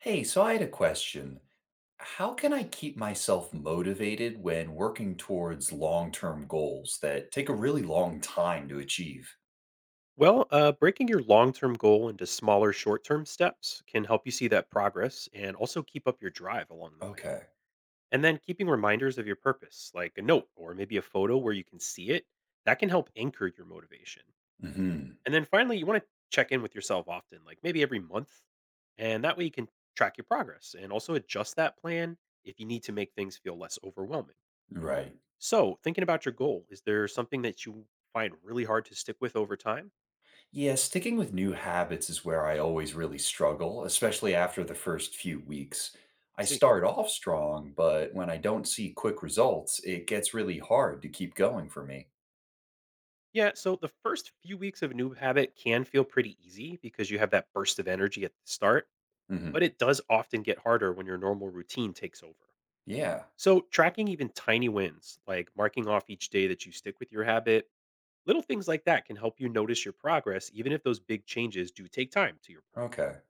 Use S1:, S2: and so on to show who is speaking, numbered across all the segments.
S1: Hey, so I had a question. How can I keep myself motivated when working towards long-term goals that take a really long time to achieve?
S2: Well, breaking your long term goal into smaller short term steps can help you see that progress and also keep up your drive along the way.
S1: Okay.
S2: And then keeping reminders of your purpose, like a note or maybe a photo where you can see it, that can help anchor your motivation.
S1: Hmm.
S2: And then finally, you want to check in with yourself often, like maybe every month. And that way you can track your progress and also adjust that plan if you need to make things feel less overwhelming.
S1: Right.
S2: So, thinking about your goal, is there something that you find really hard to stick with over time?
S1: Yeah, sticking with new habits is where I always really struggle, especially after the first few weeks.
S2: I
S1: I
S2: see.
S1: start off strong, but when I don't see quick results, it gets really hard to keep going for me.
S2: Yeah, so the first few weeks of a new habit can feel pretty easy because you have that burst of energy at the start, but
S1: Hmm.
S2: it does often get harder when your normal routine takes over.
S1: Yeah.
S2: So, tracking even tiny wins, like marking off each day that you stick with your habit, little things like that can help you notice your progress, even if those big changes do take time, to your point.
S1: Okay.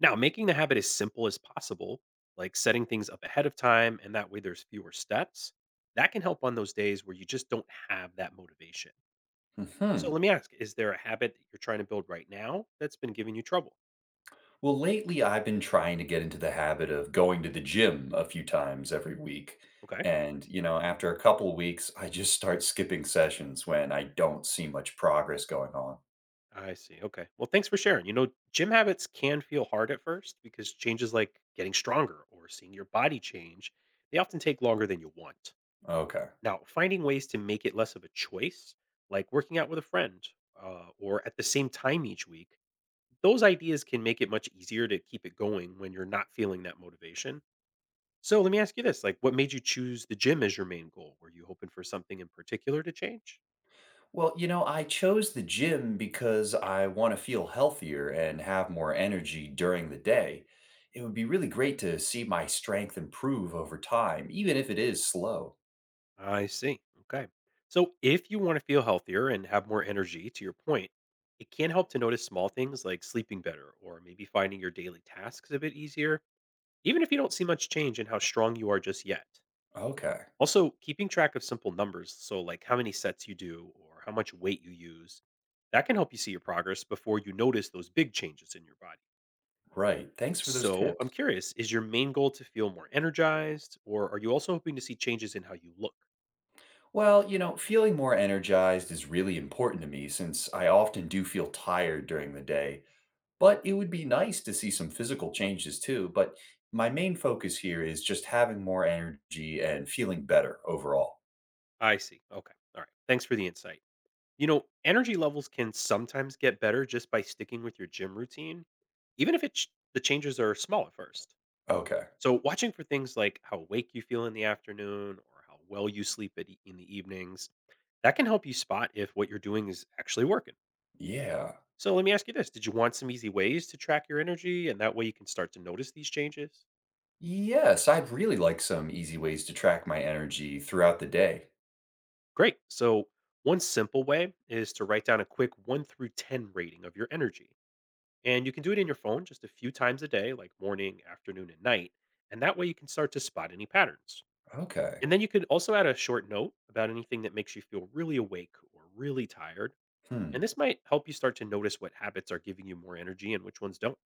S2: Now, making the habit as simple as possible, like setting things up ahead of time, and that way there's fewer steps, that can help on those days where you just don't have that motivation. So let
S1: Hmm.
S2: me ask, is there a habit that you're trying to build right now that's been giving you trouble?
S1: Well, lately I've been trying to get into the habit of going to the gym a few times every week.
S2: Okay.
S1: And after a couple weeks, I just start skipping sessions when I don't see much progress going on.
S2: I see. Okay. Well, thanks for sharing. You know, gym habits can feel hard at first because changes like getting stronger or seeing your body change, they often take longer than you want.
S1: Okay.
S2: Now, finding ways to make it less of a choice, like working out with a friend or at the same time each week, those ideas can make it much easier to keep it going when you're not feeling that motivation. So let me ask you this, like what made you choose the gym as your main goal? Were you hoping for something in particular to change?
S1: Well, I chose the gym because I want to feel healthier and have more energy during the day. It would be really great to see my strength improve over time, even if it is slow.
S2: I see. Okay. So if you want to feel healthier and have more energy to your point, it can help to notice small things like sleeping better or maybe finding your daily tasks a bit easier, even if you don't see much change in how strong you are just yet.
S1: Okay.
S2: Also, keeping track of simple numbers, so like how many sets you do or how much weight you use, that can help you see your progress before you notice those big changes in your body.
S1: Right. Thanks for those
S2: So I'm
S1: tips.
S2: curious, is your main goal to feel more energized, or are you also hoping to see changes in how you look?
S1: Well, feeling more energized is really important to me since I often do feel tired during the day.
S2: Okay.
S1: But it would be nice to see some physical changes too. But my main focus here is just having more energy and feeling better overall.
S2: I see. Okay. All right. Thanks for the insight. You know, energy levels can sometimes get better just by sticking with your gym routine, even if it's the changes are small at first.
S1: Okay.
S2: So, watching for things like how awake you feel in the afternoon or how well you sleep at in the evenings, that can help you spot if what you're doing is actually working.
S1: Yeah.
S2: So, let me ask you this. Did you want some easy ways to track your energy? And that way you can start to notice these changes?
S1: Yes, I'd really like some easy ways to track my energy throughout the day.
S2: Great. So, one simple way is to write down a quick 1 through 10 rating of your energy. And you can do it in your phone just a few times a day, like morning, afternoon, and night. And that way you can start to spot any patterns.
S1: Okay.
S2: And then you could also add a short note about anything that makes you feel really awake or really tired.
S1: Hmm.
S2: And this might help you start to notice what habits are giving you more energy and which ones don't. Of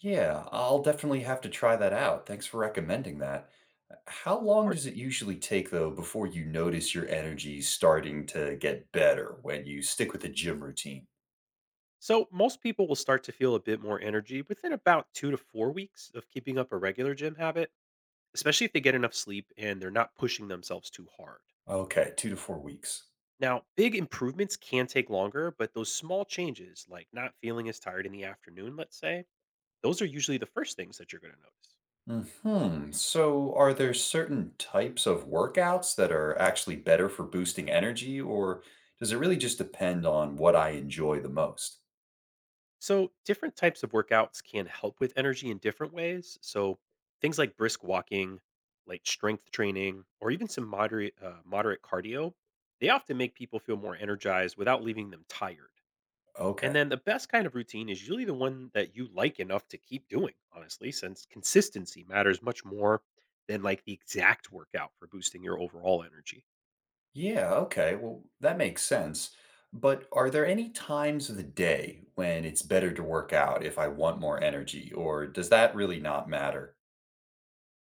S1: Yeah, I'll definitely have to try that out. Thanks for recommending that. How long
S2: course.
S1: does it usually take though before you notice your energy starting to get better when you stick with the gym routine?
S2: So, most people will start to feel a bit more energy within about 2 to 4 weeks of keeping up a regular gym habit, especially if they get enough sleep and they're not pushing themselves too hard.
S1: Okay, 2 to 4 weeks.
S2: Now, big improvements can take longer, but those small changes, like not feeling as tired in the afternoon, let's say, those are usually the first things that you're going to notice.
S1: Hmm. So, are there certain types of workouts that are actually better for boosting energy, or does it really just depend on what I enjoy the most?
S2: So, different types of workouts can help with energy in different ways. So, things like brisk walking, like strength training, or even some moderate moderate cardio, they often make people feel more energized without leaving them tired. And
S1: Okay.
S2: then the best kind of routine is usually the one that you like enough to keep doing, honestly, since consistency matters much more than like the exact workout for boosting your overall energy.
S1: Yeah, okay. Well, that makes sense. But are there any times of the day when it's better to work out if I want more energy, or does that really not matter?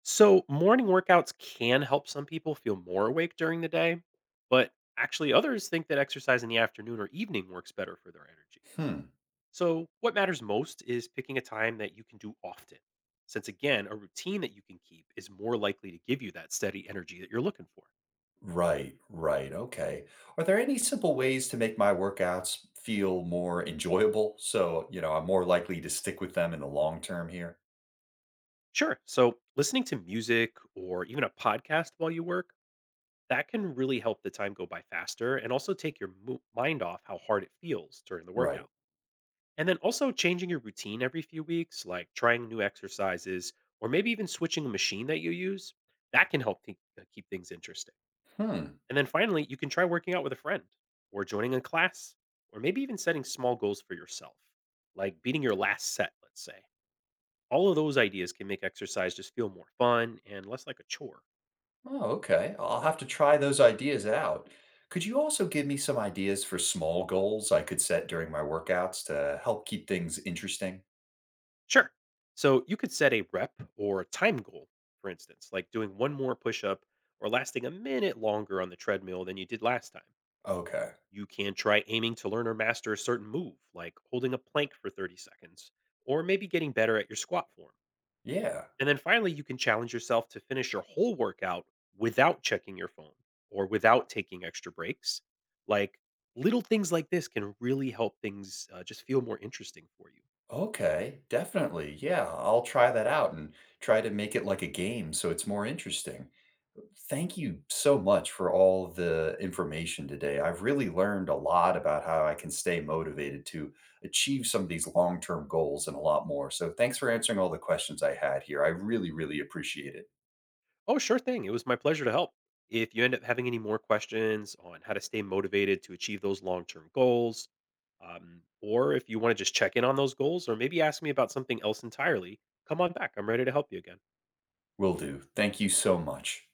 S2: So, morning workouts can help some people feel more awake during the day, but actually, others think that exercise in the afternoon or evening works better for their energy.
S1: Hmm.
S2: So, what matters most is picking a time that you can do often, since again, a routine that you can keep is more likely to give you that steady energy that you're looking for.
S1: Right, right. Okay. Are there any simple ways to make my workouts feel more enjoyable so I'm more likely to stick with them in the long term here?
S2: Sure. So, listening to music or even a podcast while you work, that can really help the time go by faster and also take your mind off how hard it feels during the
S1: Right.
S2: workout. And then also changing your routine every few weeks, like trying new exercises or maybe even switching a machine that you use, that can help keep things interesting.
S1: Hmm.
S2: And then finally, you can try working out with a friend or joining a class or maybe even setting small goals for yourself, like beating your last set, let's say. All of those ideas can make exercise just feel more fun and less like a chore.
S1: Oh, okay. I'll have to try those ideas out. Could you also give me some ideas for small goals I could set during my workouts to help keep things interesting?
S2: Sure. So you could set a rep or a time goal, for instance, like doing one more push up or lasting a minute longer on the treadmill than you did last time.
S1: Okay.
S2: You can try aiming to learn or master a certain move, like holding a plank for 30 seconds, or maybe getting better at your squat form.
S1: Yeah.
S2: And then finally, you can challenge yourself to finish your whole workout without checking your phone or without taking extra breaks. Like little things like this can really help things just feel more interesting for you.
S1: Okay. Definitely. Yeah. I'll try that out and try to make it like a game so it's more interesting. Thank you so much for all the information today. I've really learned a lot about how I can stay motivated to achieve some of these long term goals and a lot more. So, thanks for answering all the questions I had here. I really, really appreciate it.
S2: Oh, sure thing. It was my pleasure to help. If you end up having any more questions on how to stay motivated to achieve those long term goals, or if you want to just check in on those goals, or maybe ask me about something else entirely, come on back. I'm ready to help you again.
S1: Will do. Thank you so much.